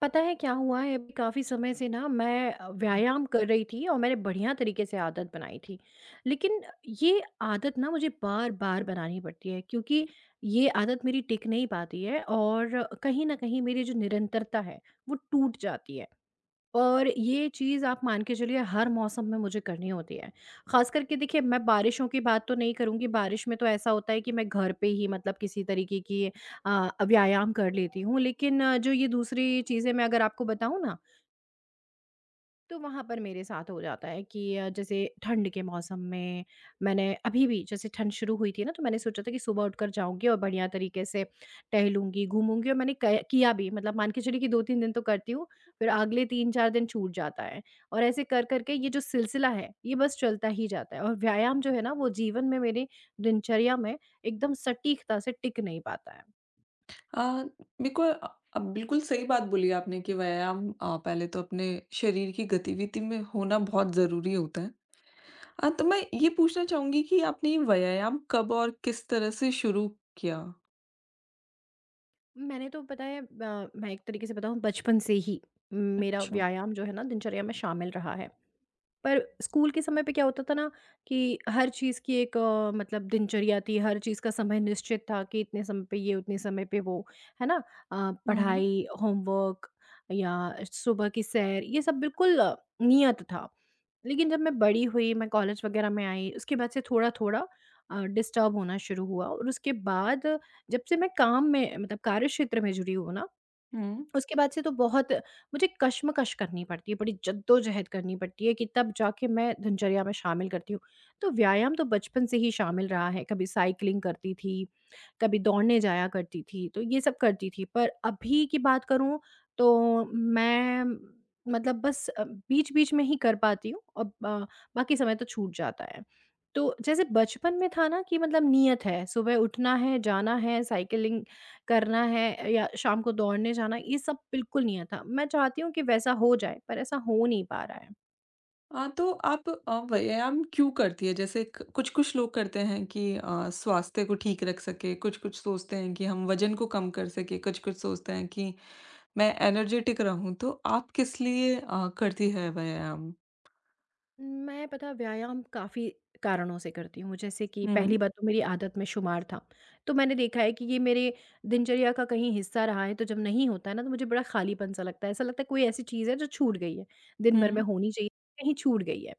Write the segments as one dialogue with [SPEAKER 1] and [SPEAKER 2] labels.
[SPEAKER 1] पता है क्या हुआ है? अभी काफ़ी समय से ना मैं व्यायाम कर रही थी और मैंने बढ़िया तरीके से आदत बनाई थी। लेकिन ये आदत ना मुझे बार-बार बनानी पड़ती है क्योंकि ये आदत मेरी टिक नहीं पाती है और कहीं न कहीं मेरी जो निरंतरता है, वो टूट जाती है। और ये चीज़ आप मान के चलिए हर मौसम में मुझे करनी होती है। ख़ास करके देखिए मैं बारिशों की बात तो नहीं करूँगी, बारिश में तो ऐसा होता है कि मैं घर पे ही मतलब किसी तरीके की व्यायाम कर लेती हूँ। लेकिन जो ये दूसरी चीज़ें मैं अगर आपको बताऊँ ना तो वहाँ पर मेरे साथ हो जाता है कि जैसे ठंड के मौसम में मैंने अभी भी जैसे ठंड शुरू हुई थी ना तो मैंने सोचा था कि सुबह उठकर जाऊंगी और बढ़िया तरीके से टहलूंगी घूमूंगी और मैंने किया भी मतलब मान के चलिए कि दो तीन दिन तो करती हूँ फिर अगले तीन चार दिन छूट जाता है और ऐसे कर करके ये जो सिलसिला है ये बस चलता ही जाता है और व्यायाम जो है ना वो जीवन में मेरे दिनचर्या में एकदम सटीकता से टिक नहीं पाता है।
[SPEAKER 2] अ, बिल्कुल। अब बिल्कुल सही बात बोली आपने कि व्यायाम पहले तो अपने शरीर की गतिविधि में होना बहुत ज़रूरी होता है। तो मैं ये पूछना चाहूँगी कि आपने ये व्यायाम कब और किस तरह से शुरू किया?
[SPEAKER 1] मैंने तो पता है मैं एक तरीके से बताऊँ बचपन से ही मेरा
[SPEAKER 2] अच्छा।
[SPEAKER 1] व्यायाम जो है ना दिनचर्या में शामिल रहा है। पर स्कूल के समय पे क्या होता था ना कि हर चीज़ की एक मतलब दिनचर्या थी, हर चीज़ का समय निश्चित था कि इतने समय पे ये, उतने समय पे वो, है ना?
[SPEAKER 2] हुँ,
[SPEAKER 1] पढ़ाई, होमवर्क या सुबह की सैर, ये सब बिल्कुल नियत था। लेकिन जब मैं बड़ी हुई, मैं कॉलेज वगैरह में आई, उसके बाद से थोड़ा-थोड़ा डिस्टर्ब होना शुरू हुआ और उसके बाद जब से मैं काम में मतलब कार्यक्षेत्र में जुड़ी हूँ ना,
[SPEAKER 2] हुँ।
[SPEAKER 1] उसके बाद से तो बहुत मुझे कशमकश करनी पड़ती है, बड़ी जद्दोजहद करनी पड़ती है कि तब जाके मैं दिनचर्या में शामिल करती हूँ। तो व्यायाम तो बचपन से ही शामिल रहा है, कभी साइकिलिंग करती थी, कभी दौड़ने जाया करती थी, तो ये सब करती थी। पर अभी की बात करूँ तो मैं मतलब बस बीच-बीच में ही कर पाती हूँ और ब बाकी समय तो छूट जाता है। तो जैसे बचपन में था ना कि मतलब नियत है, सुबह उठना है, जाना है, साइकिलिंग करना है या शाम को दौड़ने जाना, ये सब बिल्कुल नहीं आता। मैं चाहती हूँ कि वैसा हो जाए, पर ऐसा हो नहीं पा रहा है।
[SPEAKER 2] तो आप व्यायाम क्यों करती हैं? जैसे क कुछ-कुछ लोग करते हैं कि स्वास्थ्य को ठीक रख सके, कुछ-कुछ सोचते हैं कि हम वज़न को कम कर सके, कुछ-कुछ सोचते हैं कि मैं एनर्जेटिक रहूँ, तो आप किस लिए करती है व्यायाम?
[SPEAKER 1] मैं पता व्यायाम काफ़ी कारणों से करती हूँ, जैसे कि
[SPEAKER 2] हुँ,
[SPEAKER 1] पहली बात तो मेरी आदत में शुमार था। तो मैंने देखा है कि ये मेरे दिनचर्या का कहीं हिस्सा रहा है, तो जब नहीं होता है ना, तो मुझे बड़ा खालीपन-सा लगता है। ऐसा लगता है कोई ऐसी चीज़ है जो छूट गई है, दिन भर में
[SPEAKER 2] हुँ।
[SPEAKER 1] होनी चाहिए, कहीं छूट गई है।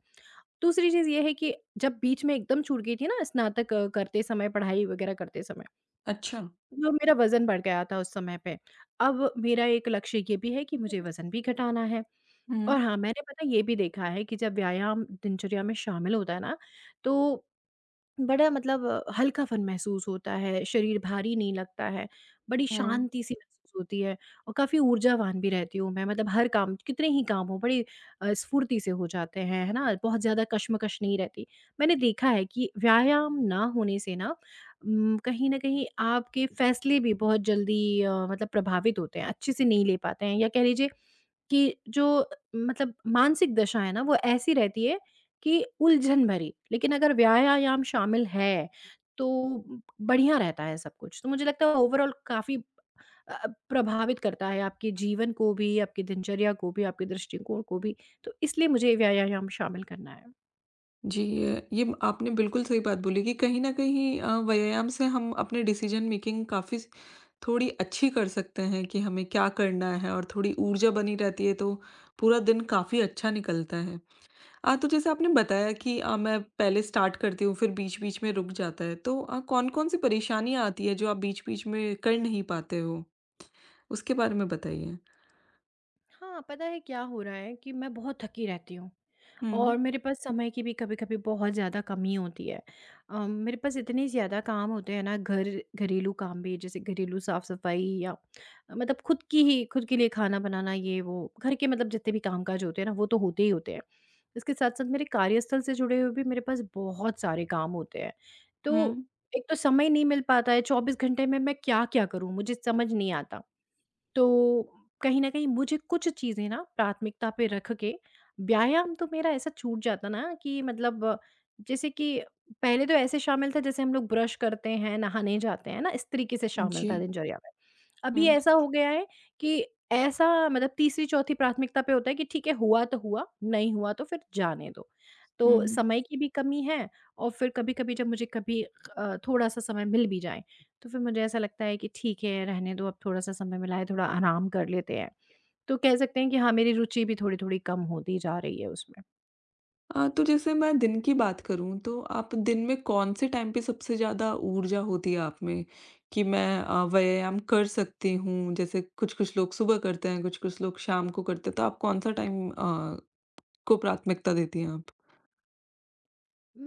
[SPEAKER 1] दूसरी चीज़ ये है कि जब बीच में एकदम छूट गई थी ना स्नातक करते समय, पढ़ाई वगैरह करते समय
[SPEAKER 2] अच्छा।
[SPEAKER 1] जो मेरा वज़न बढ़ गया था उस समय पे। अब मेरा एक लक्ष्य ये भी है कि मुझे वज़न भी घटाना है और
[SPEAKER 2] हुँ,
[SPEAKER 1] हाँ, मैंने पता है ये भी देखा है कि जब व्यायाम दिनचर्या में शामिल होता है ना, तो बड़ा मतलब हल्कापन महसूस होता है, शरीर भारी नहीं लगता है, बड़ी
[SPEAKER 2] हुँ।
[SPEAKER 1] शांति-सी महसूस होती है और काफ़ी ऊर्जावान भी रहती हूँ मैं, मतलब हर काम कितने ही काम हों, बड़ी स्फूर्ति से हो जाते हैं, है ना? बहुत ज़्यादा कश्मकश नहीं रहती। मैंने देखा है कि व्यायाम ना होने से ना कहीं न कहीं आपके फैसले भी बहुत जल्दी मतलब प्रभावित होते हैं, अच्छे से नहीं ले पाते हैं या कह लीजिए कि जो मतलब मानसिक दशा है ना वो ऐसी रहती है कि उलझन भरी लेकिन अगर व्यायाम शामिल है तो बढ़िया रहता है सब कुछ। तो मुझे लगता है ओवरऑल काफ़ी प्रभावित करता है आपके जीवन को भी, आपकी दिनचर्या को भी, आपके दृष्टिकोण को भी, तो इसलिए मुझे व्यायाम शामिल करना है।
[SPEAKER 2] जी, ये आपने बिल्कुल सही बात बोली कि कहीं न कहीं व्यायाम से हम अपने डिसीज़न मेकिंग काफ़ी स थोड़ी अच्छी कर सकते हैं कि हमें क्या करना है, और थोड़ी ऊर्जा बनी रहती है तो पूरा दिन काफ़ी अच्छा निकलता है। तो जैसे आपने बताया कि मैं पहले स्टार्ट करती हूँ फिर बीच-बीच में रुक जाता है, तो कौन-कौन सी परेशानियाँ आती हैं जो आप बीच-बीच में कर नहीं पाते हो? उसके बारे में बताइए।
[SPEAKER 1] हाँ, पता है क्या हो रहा है कि मैं बहुत थकी रहती हूँ।
[SPEAKER 2] हुँ,
[SPEAKER 1] और मेरे पास समय की भी कभी-कभी बहुत ज़्यादा कमी होती है। मेरे पास इतने ज़्यादा काम होते हैं ना घर घरेलू काम भी जैसे घरेलू साफ-सफाई या मतलब खुद की ही खुद के लिए खाना बनाना ये वो, घर के मतलब जितने भी काम-काज होते हैं ना वो तो होते ही होते हैं। इसके साथ-साथ मेरे कार्यस्थल से जुड़े हुए भी मेरे पास बहुत सारे काम होते हैं। तो
[SPEAKER 2] हुँ।
[SPEAKER 1] एक तो समय नहीं मिल पाता है, 24 घंटे में मैं क्या-क्या करूँ मुझे समझ नहीं आता। तो कहीं न कहीं मुझे कुछ चीज़ें ना प्राथमिकता पे रख के व्यायाम तो मेरा ऐसा छूट जाता ना कि मतलब जैसे कि पहले तो ऐसे शामिल था जैसे हम लोग ब्रश करते हैं, नहाने जाते हैं ना, इस तरीके से शामिल था
[SPEAKER 2] जी,
[SPEAKER 1] दिनचर्या में। अभी
[SPEAKER 2] हुँ।
[SPEAKER 1] ऐसा हो गया है कि ऐसा मतलब तीसरी-चौथी प्राथमिकता पे होता है कि ठीक है हुआ तो हुआ, नहीं हुआ तो फिर जाने दो। तो
[SPEAKER 2] हुँ।
[SPEAKER 1] समय की भी कमी है और फिर कभी-कभी जब मुझे कभी थोड़ा-सा समय मिल भी जाए तो फिर मुझे ऐसा लगता है कि ठीक है रहने दो अब थोड़ा-सा समय मिला है, थोड़ा आराम कर लेते हैं। तो कह सकते हैं कि हाँ, मेरी रुचि भी थोड़ी-थोड़ी कम होती जा रही है उसमें।
[SPEAKER 2] तो जैसे मैं दिन की बात करूँ तो आप दिन में कौन-से टाइम पे सबसे ज़्यादा ऊर्जा होती है आप में कि मैं व्यायाम कर सकती हूँ? जैसे कुछ-कुछ लोग सुबह करते हैं, कुछ-कुछ लोग शाम को करते हैं, तो आप कौन-सा टाइम को प्राथमिकता देती हैं आप?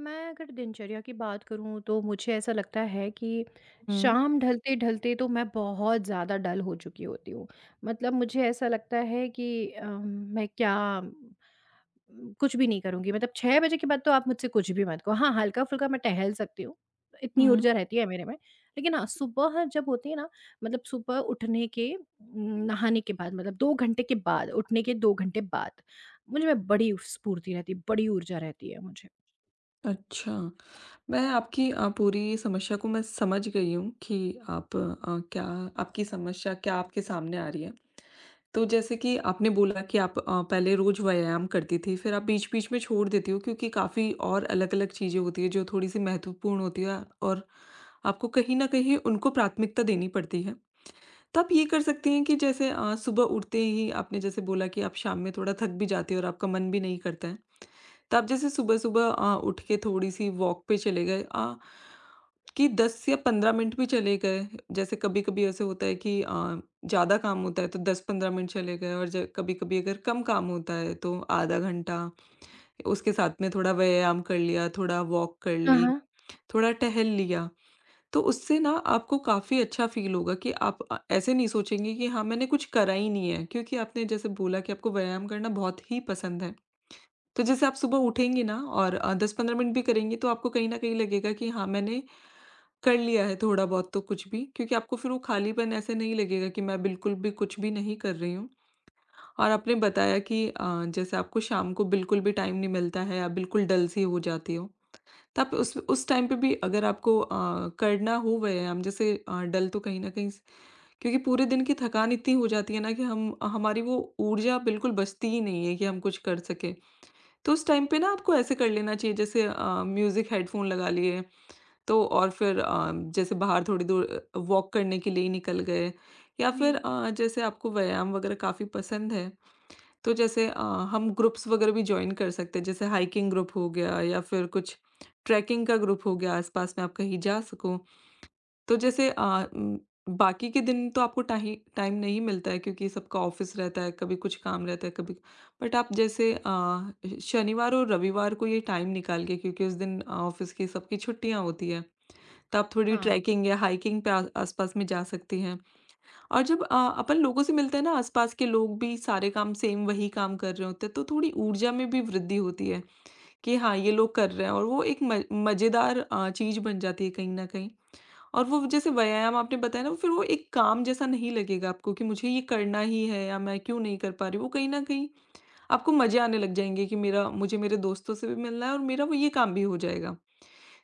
[SPEAKER 1] मैं अगर दिनचर्या की बात करूँ तो मुझे ऐसा लगता है कि
[SPEAKER 2] हुँ,
[SPEAKER 1] शाम ढलते-ढलते तो मैं बहुत ज़्यादा डल हो चुकी होती हूँ। मतलब मुझे ऐसा लगता है कि मैं क्या कुछ भी नहीं करूँगी मतलब 6 बजे के बाद तो आप मुझसे कुछ भी मत कहो। हाँ, हल्का-फुल्का मैं टहल सकती हूँ, इतनी
[SPEAKER 2] हुँ।
[SPEAKER 1] ऊर्जा रहती है मेरे में। लेकिन हाँ, सुबह जब होती है ना मतलब सुबह उठने के नहाने के बाद मतलब 2 घंटे के बाद, उठने के 2 घंटे बाद, मुझे में बड़ी स्फूर्ति रहती है, बड़ी ऊर्जा रहती है मुझे।
[SPEAKER 2] अच्छा। मैं आपकी पूरी समस्या को मैं समझ गई हूँ कि आप अ, क्या आपकी समस्या क्या आपके सामने आ रही है। तो जैसे कि आपने बोला कि आप पहले रोज व्यायाम करती थी, फिर आप बीच-बीच में छोड़ देती हो क्योंकि काफ़ी और अलग-अलग चीज़ें होती हैं जो थोड़ी-सी महत्वपूर्ण होती है, और आपको कहीं न कहीं उनको प्राथमिकता देनी पड़ती है। तो आप ये कर सकती हैं कि जैसे सुबह उठते ही, आपने जैसे बोला कि आप शाम में थोड़ा थक भी जाती हो और आपका मन भी नहीं करता है। तो आप जैसे सुबह-सुबह उठ के थोड़ी-सी वॉक पे चले गए, कि 10 या 15 मिनट भी चले गए। जैसे कभी-कभी ऐसे होता है कि ज़्यादा काम होता है तो 10-15 मिनट चले गए, और ज कभी-कभी अगर कम काम होता है तो आधा घंटा, उसके साथ में थोड़ा व्यायाम कर लिया, थोड़ा वॉक कर
[SPEAKER 1] हाँ,
[SPEAKER 2] ली,
[SPEAKER 1] हाँ।
[SPEAKER 2] थोड़ा टहल लिया। तो उससे ना आपको काफ़ी अच्छा फ़ील होगा कि आप ऐसे नहीं सोचेंगे कि हाँ, मैंने कुछ करा ही नहीं है, क्योंकि आपने जैसे बोला कि आपको व्यायाम करना बहुत ही पसंद है। तो जैसे आप सुबह उठेंगे ना और 10-15 मिनट भी करेंगे तो आपको कहीं न कहीं लगेगा कि हाँ, मैंने कर लिया है थोड़ा बहुत तो कुछ भी, क्योंकि आपको फिर वो खालीपन ऐसे नहीं लगेगा कि मैं बिल्कुल भी कुछ भी नहीं कर रही हूँ। और आपने बताया कि जैसे आपको शाम को बिल्कुल भी टाइम नहीं मिलता है, आप बिल्कुल डल सी हो जाती हो। तो आप उस टाइम पे भी अगर आपको करना हो व्यायाम, जैसे डल तो कहीं न कहीं स क्योंकि पूरे दिन की थकान इतनी हो जाती है ना कि हम हमारी वो ऊर्जा बिल्कुल बचती ही नहीं है कि हम कुछ कर सकें। तो उस टाइम पे ना आपको ऐसे कर लेना चाहिए, जैसे म्यूज़िक हेडफ़ोन लगा लिए, तो और फिर जैसे बाहर थोड़ी दूर वॉक करने के लिए ही निकल गए, या फिर
[SPEAKER 1] जी,
[SPEAKER 2] जैसे आपको व्यायाम वगैरह काफ़ी पसंद है, तो जैसे हम ग्रुप्स वगैरह भी जॉइन कर सकते हैं, जैसे हाइकिंग ग्रुप हो गया या फिर कुछ ट्रैकिंग का ग्रुप हो गया, आस-पास में आप कहीं जा सको। तो जैसे उम, बाकी के दिन तो आपको टाही टाइम नहीं मिलता है क्योंकि सबका ऑफ़िस रहता है, कभी कुछ काम रहता है, कभी बट आप जैसे शनिवार और रविवार को ये टाइम निकाल के, क्योंकि उस दिन ऑफ़िस की सबकी छुट्टियाँ होती हैं, तब थोड़ी
[SPEAKER 1] हाँ।
[SPEAKER 2] ट्रैकिंग या हाइकिंग पे आ आस-पास में जा सकते हैं। और जब अपन लोगों से मिलते हैं ना, आस-पास के लोग भी सारे काम सेम वही काम कर रहे होते हैं, तो थोड़ी ऊर्जा में भी वृद्धि होती है कि हाँ, ये लोग कर रहे हैं, और वो एक म मज़ेदार चीज़ बन जाती है कहीं न कहीं। और वो जैसे व्यायाम आपने बताया ना, फिर वो एक काम जैसा नहीं लगेगा आपको कि मुझे ये करना ही है या मैं क्यों नहीं कर पा रही हूँ। वो कहीं न कहीं आपको मज़े आने लग जाएँगे कि मेरा मुझे मेरे दोस्तों से भी मिलना है और मेरा वो ये काम भी हो जाएगा।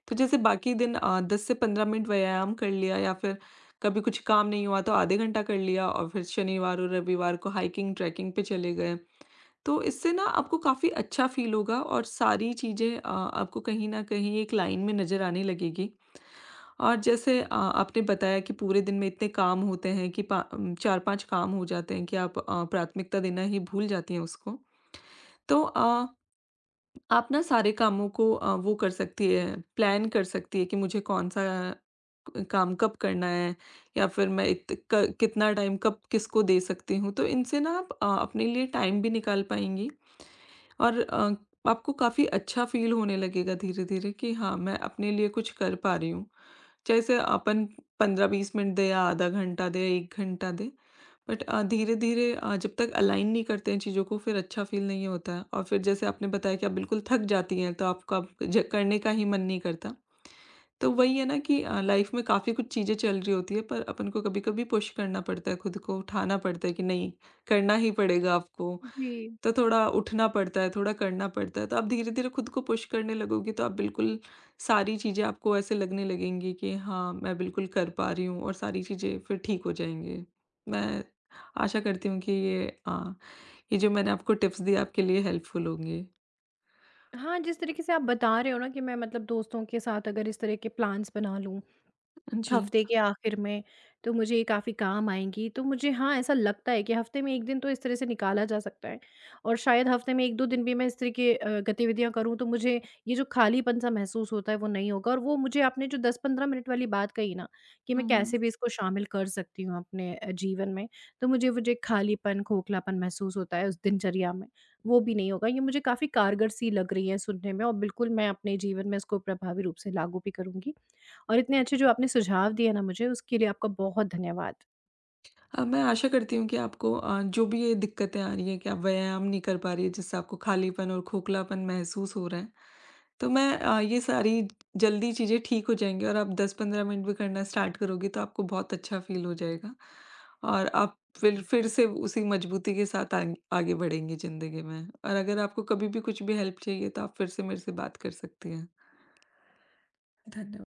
[SPEAKER 2] तो जैसे बाकी दिन 10 से 15 मिनट व्यायाम कर लिया, या फिर कभी कुछ काम नहीं हुआ तो आधे घंटा कर लिया, और फिर शनिवार और रविवार को हाइकिंग ट्रैकिंग पे चले गए। तो इससे ना आपको काफ़ी अच्छा फ़ील होगा, और सारी चीज़ें आपको कहीं न कहीं एक लाइन में नज़र आने लगेगी। और जैसे आपने बताया कि पूरे दिन में इतने काम होते हैं कि 4-5 काम हो जाते हैं कि आप प्राथमिकता देना ही भूल जाती हैं उसको। तो आप ना सारे कामों को वो कर सकती हैं, प्लान कर सकती हैं कि मुझे कौन-सा काम कब करना है, या फिर मैं कितना टाइम कब किसको दे सकती हूँ। तो इनसे ना आप अपने लिए टाइम भी निकाल पाएंगी, और आपको काफ़ी अच्छा फील होने लगेगा धीरे धीरे कि हाँ, मैं अपने लिए कुछ कर पा रही हूँ। जैसे अपन 15-20 मिनट दे, या आधा घंटा दे, या 1 घंटा दे, बट धीरे धीरे। जब तक अलाइन नहीं करते हैं चीज़ों को, फिर अच्छा फील नहीं होता है। और फिर जैसे आपने बताया कि आप बिल्कुल थक जाती हैं तो आपका करने का ही मन नहीं करता। तो वही है ना कि लाइफ में काफ़ी कुछ चीज़ें चल रही होती है, पर अपन को कभी-कभी पुश करना पड़ता है खुद को, उठाना पड़ता है कि नहीं, करना ही पड़ेगा आपको।
[SPEAKER 1] जी।
[SPEAKER 2] तो थोड़ा उठना पड़ता है, थोड़ा करना पड़ता है। तो आप धीरे-धीरे खुद को पुश करने लगोगी तो आप बिल्कुल सारी चीज़ें आपको ऐसे लगने लगेंगी कि हाँ, मैं बिल्कुल कर पा रही हूँ, और सारी चीज़ें फिर ठीक हो जाएँगी। मैं आशा करती हूँ कि ये जो मैंने आपको टिप्स दिए आपके लिए हेल्पफुल होंगे।
[SPEAKER 1] हाँ, जिस तरीके से आप बता रहे हो ना कि मैं मतलब दोस्तों के साथ अगर इस तरह के प्लान्स बना लूँ
[SPEAKER 2] जी।
[SPEAKER 1] हफ्ते के आखिर में तो मुझे ये काफ़ी काम आएँगी, तो मुझे हाँ, ऐसा लगता है कि हफ्ते में 1 दिन तो इस तरह से निकाला जा सकता है और शायद हफ्ते में 1-2 दिन भी मैं इस तरह की गतिविधियाँ करूँ तो मुझे ये जो खालीपन-सा महसूस होता है वो नहीं होगा और वो मुझे आपने जो 10-15 मिनट वाली बात कही ना, कि
[SPEAKER 2] हुँ,
[SPEAKER 1] मैं
[SPEAKER 2] हुँ।
[SPEAKER 1] कैसे भी इसको शामिल कर सकती हूँ अपने जीवन में, तो मुझे वो जो एक खालीपन, खोखलापन महसूस होता है उस दिनचर्या में, वो भी नहीं होगा। ये मुझे काफ़ी कारगर-सी लग रही है सुनने में और बिल्कुल मैं अपने जीवन में इसको प्रभावी रूप से लागू भी करूँगी। और इतने अच्छे जो आपने सुझाव दिए ना मुझे उसके लिए आपका बहुत धन्यवाद।
[SPEAKER 2] हाँ, मैं आशा करती हूँ कि आपको जो भी ये दिक्कतें आ रही हैं कि आप व्यायाम नहीं कर पा रही है, जिससे आपको खालीपन और खोखलापन महसूस हो रहा है, तो मैं ये सारी जल्दी चीज़ें ठीक हो जाएँगी, और आप 10-15 मिनट भी करना स्टार्ट करोगी तो आपको बहुत अच्छा फ़ील हो जाएगा, और आप फिर से उसी मजबूती के साथ आग आगे बढ़ेंगी ज़िंदगी में, और अगर आपको कभी भी कुछ भी हेल्प चाहिए तो आप फिर से मेरे से बात कर सकती हैं। धन्य